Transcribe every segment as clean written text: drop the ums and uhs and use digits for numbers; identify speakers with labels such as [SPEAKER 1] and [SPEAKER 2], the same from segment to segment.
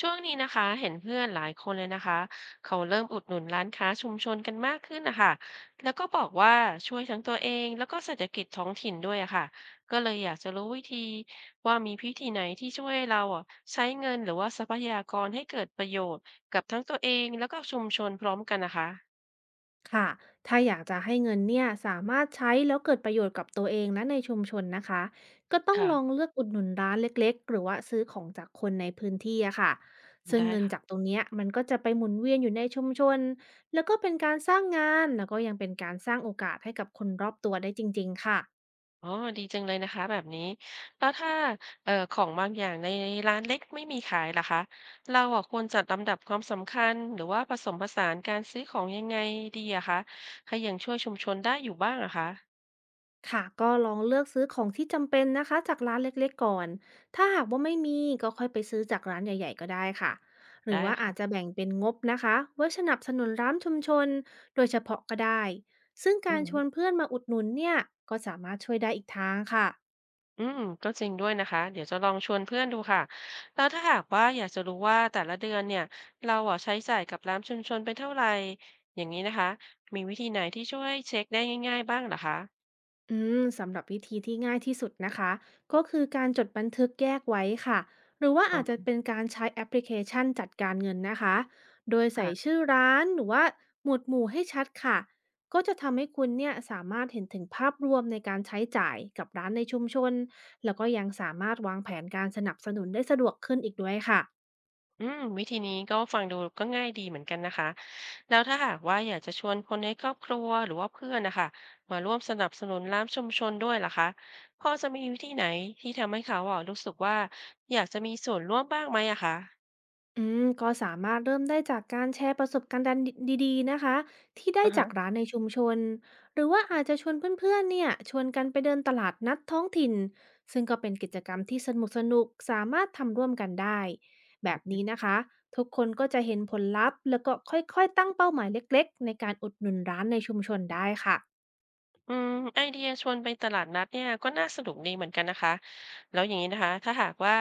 [SPEAKER 1] ช่วงนี้นะคะเห็นเพื่อนหลายคนเลยนะคะเขาเริ่มอุดหนุนร้านค้าชุมชนกันมากขึ้นนะคะแล้วก็บอกว่าช่วยทั้งตัวเองแล้วก็เศรษฐกิจท้องถิ่นด้วยอะค่ะก็เลยอยากจะรู้วิธีว่ามีพิธีไหนที่ช่วยเราอะใช้เงินหรือว่าทรัพยากรให้เกิดประโยชน์กับทั้งตัวเองแล้วก็ชุมชนพร้อมกันนะคะ
[SPEAKER 2] ค่ะถ้าอยากจะให้เงินเนี่ยสามารถใช้แล้วเกิดประโยชน์กับตัวเองและในชุมชนนะคะก็ต้องลอง
[SPEAKER 1] ค่ะ
[SPEAKER 2] เลือกอุดหนุนร้านเล็กๆหรือว่าซื้อของจากคนในพื้นที่อะค่ะซึ่ง
[SPEAKER 1] ได้
[SPEAKER 2] เงิน
[SPEAKER 1] ค่ะ
[SPEAKER 2] จากตรงเนี้ยมันก็จะไปหมุนเวียนอยู่ในชุมชนแล้วก็เป็นการสร้างงานแล้วก็ยังเป็นการสร้างโอกาสให้กับคนรอบตัวได้จริงๆค่ะ
[SPEAKER 1] อ๋อดีจังเลยนะคะแบบนี้แล้วถ้าของบางอย่างในร้านเล็กไม่มีขายล่ะคะเราอะควรจัดลำดับความสำคัญหรือว่าผสมผสานการซื้อของยังไงดีอะคะให้ยังช่วยชุมชนได้อยู่บ้างอะคะ
[SPEAKER 2] ค่ะก็ลองเลือกซื้อของที่จำเป็นนะคะจากร้านเล็กๆก่อนถ้าหากว่าไม่มีก็ค่อยไปซื้อจากร้านใหญ่ๆก็ได้ค่ะหรือ
[SPEAKER 1] ได้
[SPEAKER 2] ว่าอาจจะ
[SPEAKER 1] ค่ะ
[SPEAKER 2] แบ่งเป็นงบนะคะไว้สนับสนุนร้านชุมชนโดยเฉพาะก็ได้ซึ่ง
[SPEAKER 1] อื
[SPEAKER 2] การชว
[SPEAKER 1] ม
[SPEAKER 2] นเพื่อนมาอุดหนุนเนี่ยก็สามารถช่วยได้อีกทางค่ะ
[SPEAKER 1] ก็จริงด้วยนะคะเดี๋ยวจะลองชวนเพื่อนดูค่ะแล้วถ้าหากว่าอยากจะรู้ว่าแต่ละเดือนเนี่ยเราอะใช้จ่ายกับร้านชุมชนไปเท่าไหร่อย่างนี้นะคะมีวิธีไหนที่ช่วยเช็คได้ง่ายๆบ้างเหรอคะ
[SPEAKER 2] สำหรับวิธีที่ง่ายที่สุดนะคะก็คือการจดบันทึกแยกไว้ค่ะหรือว่า
[SPEAKER 1] อ๋
[SPEAKER 2] อาจจะ
[SPEAKER 1] อ
[SPEAKER 2] เป็นการใช้แอปพลิเคชันจัดการเงินนะคะโดยใส่
[SPEAKER 1] ค่ะ
[SPEAKER 2] ชื่อร้านหรือว่าหมวดหมู่ให้ชัดค่ะก็จะทำให้คุณเนี่ยสามารถเห็นถึงภาพรวมในการใช้จ่ายกับร้านในชุมชนแล้วก็ยังสามารถวางแผนการสนับสนุนได้สะดวกขึ้นอีกด้วยค่ะ
[SPEAKER 1] อืมวิธีนี้ก็ฟังดูก็ง่ายดีเหมือนกันนะคะแล้วถ้าหากว่าอยากจะชวนคนในครอบครัวหรือว่าเพื่อนนะคะมาร่วมสนับสนุนร้านชุมชนด้วยล่ะคะพอจะมีวิธีไหนที่ทำให้เขาอ่ะรู้สึกว่าอยากจะมีส่วนร่วมบ้างไหมอะคะ
[SPEAKER 2] ก็สามารถเริ่มได้จากการแชร์ประสบการณ์ดันดีๆนะคะที่ได้
[SPEAKER 1] อือ
[SPEAKER 2] จา
[SPEAKER 1] ฮะ
[SPEAKER 2] กร้านในชุมชนหรือว่าอาจจะชวนเพื่อนๆเนี่ยชวนกันไปเดินตลาดนัดท้องถิ่นซึ่งก็เป็นกิจกรรมที่สนุกสนุกสามารถทำร่วมกันได้แบบนี้นะคะทุกคนก็จะเห็นผลลัพธ์แล้วก็ค่อยๆตั้งเป้าหมายเล็กๆในการอุดหนุนร้านในชุมชนได้ค่ะ
[SPEAKER 1] อืมไอเดียชวนไปตลาดนัดเนี่ยก็น่าสนุกดีเหมือนกันนะคะแล้วอย่างนี้นะคะถ้าหากว่า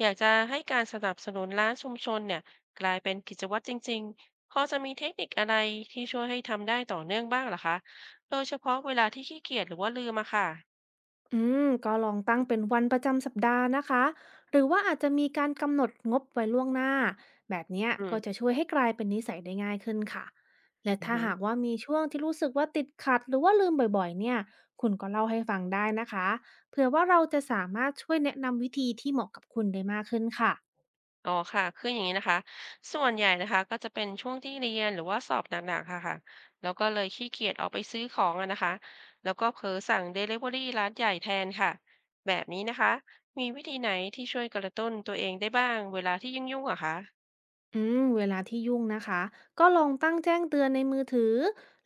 [SPEAKER 1] อยากจะให้การสนับสนุนร้านชุมชนเนี่ยกลายเป็นกิจวัตรจริงๆพอจะมีเทคนิคอะไรที่ช่วยให้ทำได้ต่อเนื่องบ้างเหรอคะโดยเฉพาะเวลาที่ขี้เกียจหรือว่าลืมอะค่ะ
[SPEAKER 2] ก็ลองตั้งเป็นวันประจำสัปดาห์นะคะหรือว่าอาจจะมีการกำหนดงบไว้ล่วงหน้าแบบเนี้ย
[SPEAKER 1] อืม
[SPEAKER 2] ก็จะช่วยให้กลายเป็นนิสัยได้ง่ายขึ้นค่ะและ
[SPEAKER 1] อื
[SPEAKER 2] ถ้า
[SPEAKER 1] ม
[SPEAKER 2] หากว่ามีช่วงที่รู้สึกว่าติดขัดหรือว่าลืมบ่อยๆเนี่ยคุณก็เล่าให้ฟังได้นะคะเผื่อว่าเราจะสามารถช่วยแนะนำวิธีที่เหมาะกับคุณได้มากขึ้นค่ะ
[SPEAKER 1] อ๋อค่ะคืออย่างนี้นะคะส่วนใหญ่นะคะก็จะเป็นช่วงที่เรียนหรือว่าสอบหนักๆค่ะค่ะแล้วก็เลยขี้เกียจออกไปซื้อของอะนะคะแล้วก็เผลอสั่ง Delivery ร้านใหญ่แทนค่ะแบบนี้นะคะมีวิธีไหนที่ช่วยกระตุ้นตัวเองได้บ้างเวลาที่ยุ่งๆอะคะ
[SPEAKER 2] เวลาที่ยุ่งนะคะก็ลองตั้งแจ้งเตือนในมือถือ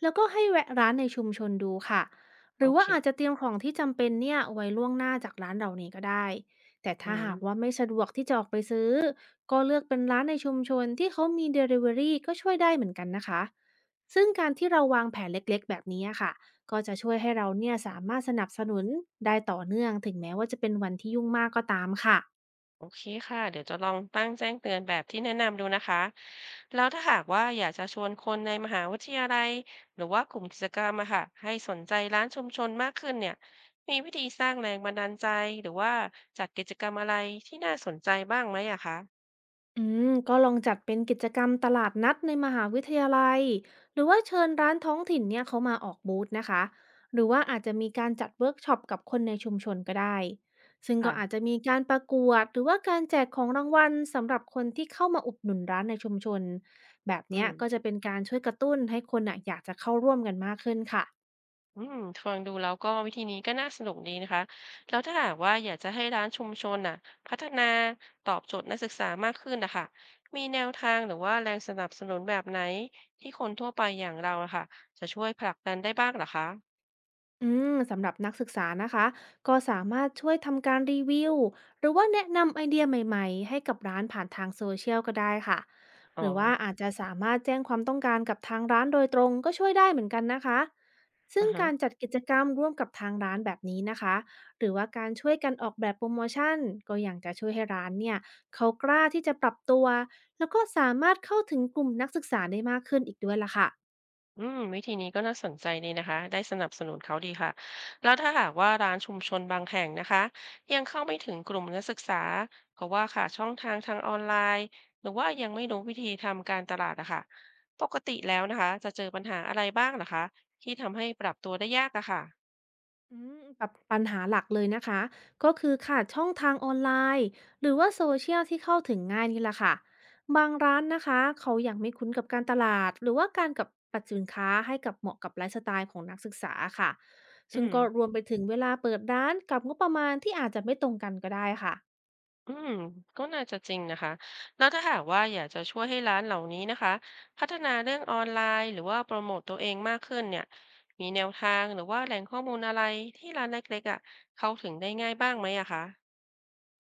[SPEAKER 2] แล้วก็ให้แวะร้านในชุมชนดูค่ะห
[SPEAKER 1] โอ
[SPEAKER 2] รือ
[SPEAKER 1] เค
[SPEAKER 2] ว่าอาจจะเตรียมของที่จำเป็นเนี่ยไว้ล่วงหน้าจากร้านเหล่านี้ก็ได้แต่
[SPEAKER 1] อื
[SPEAKER 2] ถ้าหากว่า
[SPEAKER 1] ม
[SPEAKER 2] ไม่สะดวกที่จะออกไปซื้อก็เลือกเป็นร้านในชุมชนที่เขามี Delivery ก็ช่วยได้เหมือนกันนะคะซึ่งการที่เราวางแผนเล็กๆแบบนี้ค่ะก็จะช่วยให้เราเนี่ยสามารถสนับสนุนได้ต่อเนื่องถึงแม้ว่าจะเป็นวันที่ยุ่งมากก็ตามค่ะ
[SPEAKER 1] โอเคค่ะเดี๋ยวจะลองตั้งแจ้งเตือนแบบที่แนะนำดูนะคะแล้วถ้าหากว่าอยากจะชวนคนในมหาวิทยาลัยหรือว่ากลุ่มกิจกรรมอะค่ะให้สนใจร้านชุมชนมากขึ้นเนี่ยมีวิธีสร้างแรงบันดาลใจหรือว่าจัดกิจกรรมอะไรที่น่าสนใจบ้างไหมอะคะ
[SPEAKER 2] อืก็ลองจัดเป็นกิจกรรมตลาดนัดในมหาวิทยาลัยหรือว่าเชิญร้านท้องถิ่นเนี่ยเขามาออกบูธนะคะหรือว่าอาจจะมีการจัดเวิร์กช็อปกับคนในชุมชนก็ได้ซึ่งก็
[SPEAKER 1] ค่ะ
[SPEAKER 2] อาจจะมีการประกวดหรือว่าการแจกของรางวัลสำหรับคนที่เข้ามาอุดหนุนร้านในชุมชนแบบ
[SPEAKER 1] อื
[SPEAKER 2] เนี้ย
[SPEAKER 1] ม
[SPEAKER 2] ก็จะเป็นการช่วยกระตุ้นให้คนอ่ะอยากจะเข้าร่วมกันมากขึ้นค่ะ
[SPEAKER 1] อืมฟังดูแล้วก็วิธีนี้ก็น่าสนุกดีนะคะแล้วถ้าหากว่าอยากจะให้ร้านชุมชนน่ะพัฒนาตอบโจทย์นักศึกษามากขึ้นนะคะมีแนวทางหรือว่าแรงสนับสนุนแบบไหนที่คนทั่วไปอย่างเราอะค่ะจะช่วยผลักดันได้บ้างเหรอคะ
[SPEAKER 2] สำหรับนักศึกษานะคะก็สามารถช่วยทำการรีวิวหรือว่าแนะนำไอเดียใหม่ๆให้กับร้านผ่านทางโซเชียลก็ได้ค่ะ
[SPEAKER 1] อ๋อ
[SPEAKER 2] หรือว่าอาจจะสามารถแจ้งความต้องการกับทางร้านโดยตรงก็ช่วยได้เหมือนกันนะคะซึ่ง
[SPEAKER 1] อ่าฮะ
[SPEAKER 2] การจัดกิจกรรมร่วมกับทางร้านแบบนี้นะคะหรือว่าการช่วยกันออกแบบโปรโมชั่นก็อย่างจะช่วยให้ร้านเนี่ยเขากล้าที่จะปรับตัวแล้วก็สามารถเข้าถึงกลุ่มนักศึกษาได้มากขึ้นอีกด้วยล่ะค่ะ
[SPEAKER 1] อืมวิธีนี้ก็น่าสนใจดีนะคะ ได้สนับสนุนเขาดีค่ะ แล้วถ้าหากว่าร้านชุมชนบางแห่งนะคะยังเข้าไม่ถึงกลุ่มนักศึกษาเพราะว่าค่ะช่องทางทางออนไลน์หรือว่ายังไม่รู้วิธีทำการตลาดอะค่ะปกติแล้วนะคะจะเจอปัญหาอะไรบ้างนะคะที่ทำให้ปรับตัวได้ยากอะค่ะ
[SPEAKER 2] แบบปัญหาหลักเลยนะคะก็คือขาดช่องทางออนไลน์หรือว่าโซเชียลที่เข้าถึงง่ายนี่แหละค่ะบางร้านนะคะเขายังไม่คุ้นกับการตลาดหรือว่าการกับปรับสินค้าให้กับเหมาะกับไลฟ์สไตล์ของนักศึกษาค่ะ
[SPEAKER 1] อื
[SPEAKER 2] ซึ่ง
[SPEAKER 1] ม
[SPEAKER 2] ก็รวมไปถึงเวลาเปิดร้านกับงบประมาณที่อาจจะไม่ตรงกันก็ได้ค่ะ
[SPEAKER 1] อืมก็น่าจะจริงนะคะแล้วถ้าหากว่าอยากจะช่วยให้ร้านเหล่านี้นะคะพัฒนาเรื่องออนไลน์หรือว่าโปรโมตตัวเองมากขึ้นเนี่ยมีแนวทางหรือว่าแหล่งข้อมูลอะไรที่ร้านเล็กๆอ่ะเข้าถึงได้ง่ายบ้างไหมอะคะ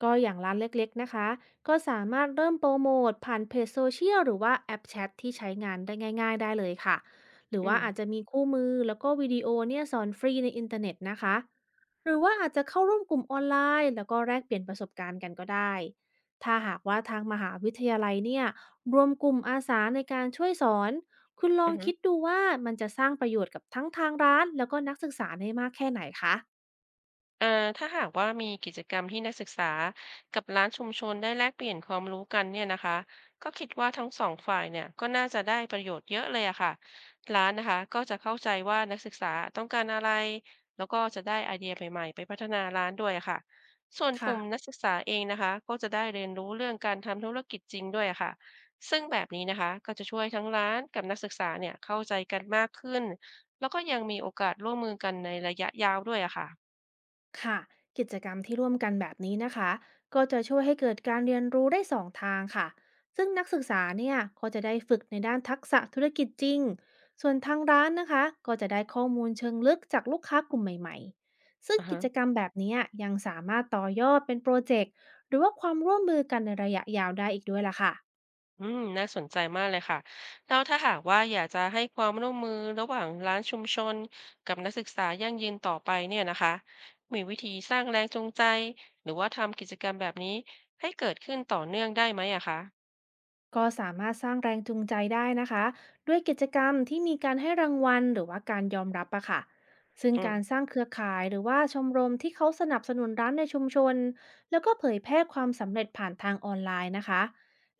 [SPEAKER 2] ก็อย่างร้านเล็กๆนะคะก็สามารถเริ่มโปรโมทผ่านเพจโซเชียลหรือว่าแอปแชทที่ใช้งานได้ง่ายๆได้เลยค่ะหรือ
[SPEAKER 1] อื
[SPEAKER 2] ว่า
[SPEAKER 1] ม
[SPEAKER 2] อาจจะมีคู่มือแล้วก็วิดีโอเนี่ยสอนฟรีในอินเทอร์เน็ตนะคะหรือว่าอาจจะเข้าร่วมกลุ่มออนไลน์แล้วก็แลกเปลี่ยนประสบการณ์กันก็ได้ถ้าหากว่าทางมหาวิทยาลัยเนี่ยรวมกลุ่มอาสาในการช่วยสอนคุณล
[SPEAKER 1] อื
[SPEAKER 2] อง
[SPEAKER 1] อ
[SPEAKER 2] คิดดูว่ามันจะสร้างประโยชน์กับทั้งทางร้านแล้วก็นักศึกษาได้มากแค่ไหนคะ
[SPEAKER 1] อ่าถ้าหากว่ามีกิจกรรมที่นักศึกษากับร้านชุมชนได้แลกเปลี่ยนความรู้กันเนี่ยนะคะก็คิดว่าทั้งสองฝ่ายเนี่ยก็น่าจะได้ประโยชน์เยอะเลยอะค่ะร้านนะคะก็จะเข้าใจว่านักศึกษาต้องการอะไรแล้วก็จะได้ไอเดียใหม่ๆไปพัฒนาร้านด้วยอะค่ะส่วนก
[SPEAKER 2] ค่ะ
[SPEAKER 1] ลุ่มนักศึกษาเองนะคะก็จะได้เรียนรู้เรื่องการทำธุรกิจจริงด้วยอะค่ะซึ่งแบบนี้นะคะก็จะช่วยทั้งร้านกับนักศึกษาเนี่ยเข้าใจกันมากขึ้นแล้วก็ยังมีโอกาสร่วมมือกันในระยะยาวด้วยอะค่ะ
[SPEAKER 2] ค่ะกิจกรรมที่ร่วมกันแบบนี้นะคะก็จะช่วยให้เกิดการเรียนรู้ได้สองทางค่ะซึ่งนักศึกษาเนี่ยก็จะได้ฝึกในด้านทักษะธุรกิจจริงส่วนทางร้านนะคะก็จะได้ข้อมูลเชิงลึกจากลูกค้ากลุ่มใหม่ๆซึ่ง
[SPEAKER 1] อ่า
[SPEAKER 2] กิ
[SPEAKER 1] ฮะ
[SPEAKER 2] จกรรมแบบนี้ยังสามารถต่อยอดเป็นโปรเจกต์หรือว่าความร่วมมือกันในระยะยาวได้อีกด้วยล่ะค่ะ
[SPEAKER 1] อืมน่าสนใจมากเลยค่ะแล้วถ้าหากว่าอยากจะให้ความร่วมมือระหว่างร้านชุมชนกับนักศึกษายั่งยืนต่อไปเนี่ยนะคะมีวิธีสร้างแรงจูงใจหรือว่าทำกิจกรรมแบบนี้ให้เกิดขึ้นต่อเนื่องได้ไหมอะคะ
[SPEAKER 2] ก็สามารถสร้างแรงจูงใจได้นะคะด้วยกิจกรรมที่มีการให้รางวัลหรือว่าการยอมรับอะค่ะซึ่ง
[SPEAKER 1] อืม
[SPEAKER 2] การสร้างเครือข่ายหรือว่าชมรมที่เขาสนับสนุนร้านในชุมชนแล้วก็เผยแพร่ความสำเร็จผ่านทางออนไลน์นะคะ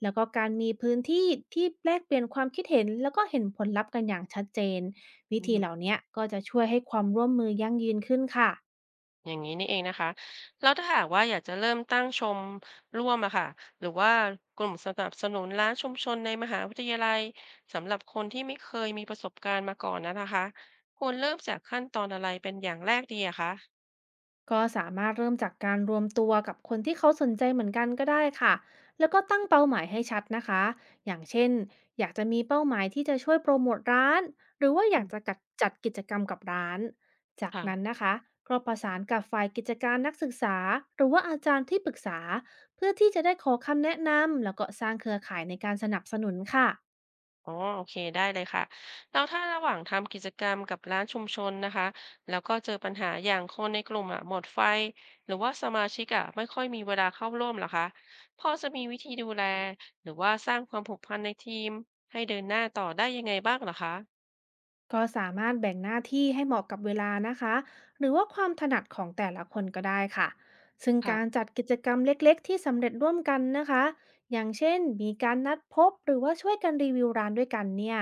[SPEAKER 2] แล้วก็การมีพื้นที่ที่แลกเปลี่ยนความคิดเห็นแล้วก็เห็นผลลัพธ์กันอย่างชัดเจนวิ
[SPEAKER 1] อื
[SPEAKER 2] ธีเหล่า
[SPEAKER 1] ม
[SPEAKER 2] นี้ก็จะช่วยให้ความร่วมมือยั่งยืนขึ้นค่ะ
[SPEAKER 1] อย่างนี้นี่เองนะคะแล้วถ้าหากว่าอยากจะเริ่มตั้งชมร่วมอะค่ะหรือว่ากลุ่มสนับสนุนร้านชุมชนในมหาวิทยาลัยสำหรับคนที่ไม่เคยมีประสบการณ์มาก่อนนะคะควรเริ่มจากขั้นตอนอะไรเป็นอย่างแรกดีอะคะ
[SPEAKER 2] ก็สามารถเริ่มจากการรวมตัวกับคนที่เขาสนใจเหมือนกันก็ได้ค่ะ แล้วก็ตั้งเป้าหมายให้ชัดนะคะอย่างเช่นอยากจะมีเป้าหมายที่จะช่วยโปรโมทร้านหรือว่าอ
[SPEAKER 1] อื
[SPEAKER 2] ยากจะ
[SPEAKER 1] ม
[SPEAKER 2] จัดกิจกรรมกับร้านจากนั้น
[SPEAKER 1] ค่ะ
[SPEAKER 2] นะคะก็ประสานกับฝ่ายกิจการนักศึกษาหรือว่าอาจารย์ที่ปรึกษาเพื่อที่จะได้ขอคำแนะนำแล้วก็สร้างเครือข่ายในการสนับสนุนค่ะ
[SPEAKER 1] อ๋อโอเคได้เลยค่ะแล้วถ้าระหว่างทำกิจกรรมกับร้านชุมชนนะคะแล้วก็เจอปัญหาอย่างคนในกลุ่มอะหมดไฟหรือว่าสมาชิกอะไม่ค่อยมีเวลาเข้าร่วมเหรอคะพอจะมีวิธีดูแลหรือว่าสร้างความผูกพันในทีมให้เดินหน้าต่อได้ยังไงบ้างเหรอคะ
[SPEAKER 2] ก็สามารถแบ่งหน้าที่ให้เหมาะกับเวลานะคะหรือว่าความถนัดของแต่ละคนก็ได้ค่ะซึ่ง
[SPEAKER 1] ค่ะ
[SPEAKER 2] การจัดกิจกรรมเล็กๆที่สำเร็จร่วมกันนะคะอย่างเช่นมีการนัดพบหรือว่าช่วยกันรีวิวร้านด้วยกันเนี่ย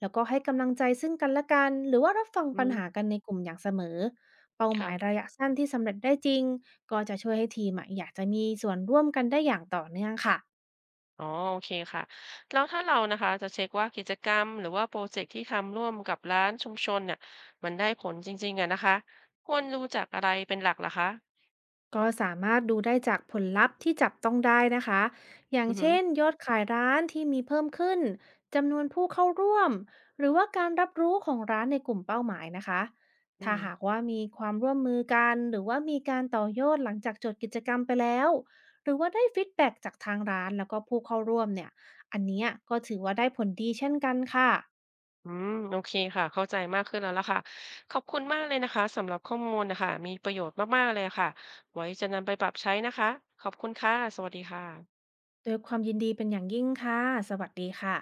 [SPEAKER 2] แล้วก็ให้กำลังใจซึ่งกันและกันหรือว่ารับฟัง
[SPEAKER 1] อื
[SPEAKER 2] ปัญหา
[SPEAKER 1] อ
[SPEAKER 2] กันในกลุ่มอย่างเสมอเป้าหมาย
[SPEAKER 1] ค่ะ
[SPEAKER 2] ระยะสั้นที่สำเร็จได้จริงก็จะช่วยให้ทีมอะอยากจะมีส่วนร่วมกันได้อย่างต่อเนื่องค่ะ
[SPEAKER 1] อ๋อโอเคค่ะแล้วถ้าเรานะคะจะเช็คว่ากิจกรรมหรือว่าพรเจกต์ที่ทำร่วมกับร้านชุมชนเนี่ยมันได้ผลจริงๆอะนะคะควรรูจักอะไรเป็นหลักเหรอคะ
[SPEAKER 2] ก็สามารถดูได้จากผลลัพธ์ที่จับต้องได้นะคะ อย่า
[SPEAKER 1] อื
[SPEAKER 2] งเช่
[SPEAKER 1] ม
[SPEAKER 2] นยอดขายร้านที่มีเพิ่มขึ้น จำนวนผู้เข้าร่วม หรือว่าการรับรู้ของร้านในกลุ่มเป้าหมายนะคะ
[SPEAKER 1] อื
[SPEAKER 2] ถ้า
[SPEAKER 1] ม
[SPEAKER 2] หากว่ามีความร่วมมือกัน หรือว่ามีการต่อยอดหลังจากจดกิจกรรมไปแล้วหรือว่าได้ฟีดแบ็กจากทางร้านแล้วก็ผู้เข้าร่วมเนี่ยอันเนี้ยก็ถือว่าได้ผลดีเช่นกันค่ะ
[SPEAKER 1] โอเคค่ะ เข้าใจมากขึ้นแล้วล่ะค่ะ ขอบคุณมากเลยนะคะ สำหรับข้อมูลนะคะ มีประโยชน์มากๆเลยค่ะ ไว้จะนำไปปรับใช้นะคะ ขอบคุณค่ะ สวัสดีค่ะ
[SPEAKER 2] โดยความยินดีเป็นอย่างยิ่งค่ะสวัสดีค่ะ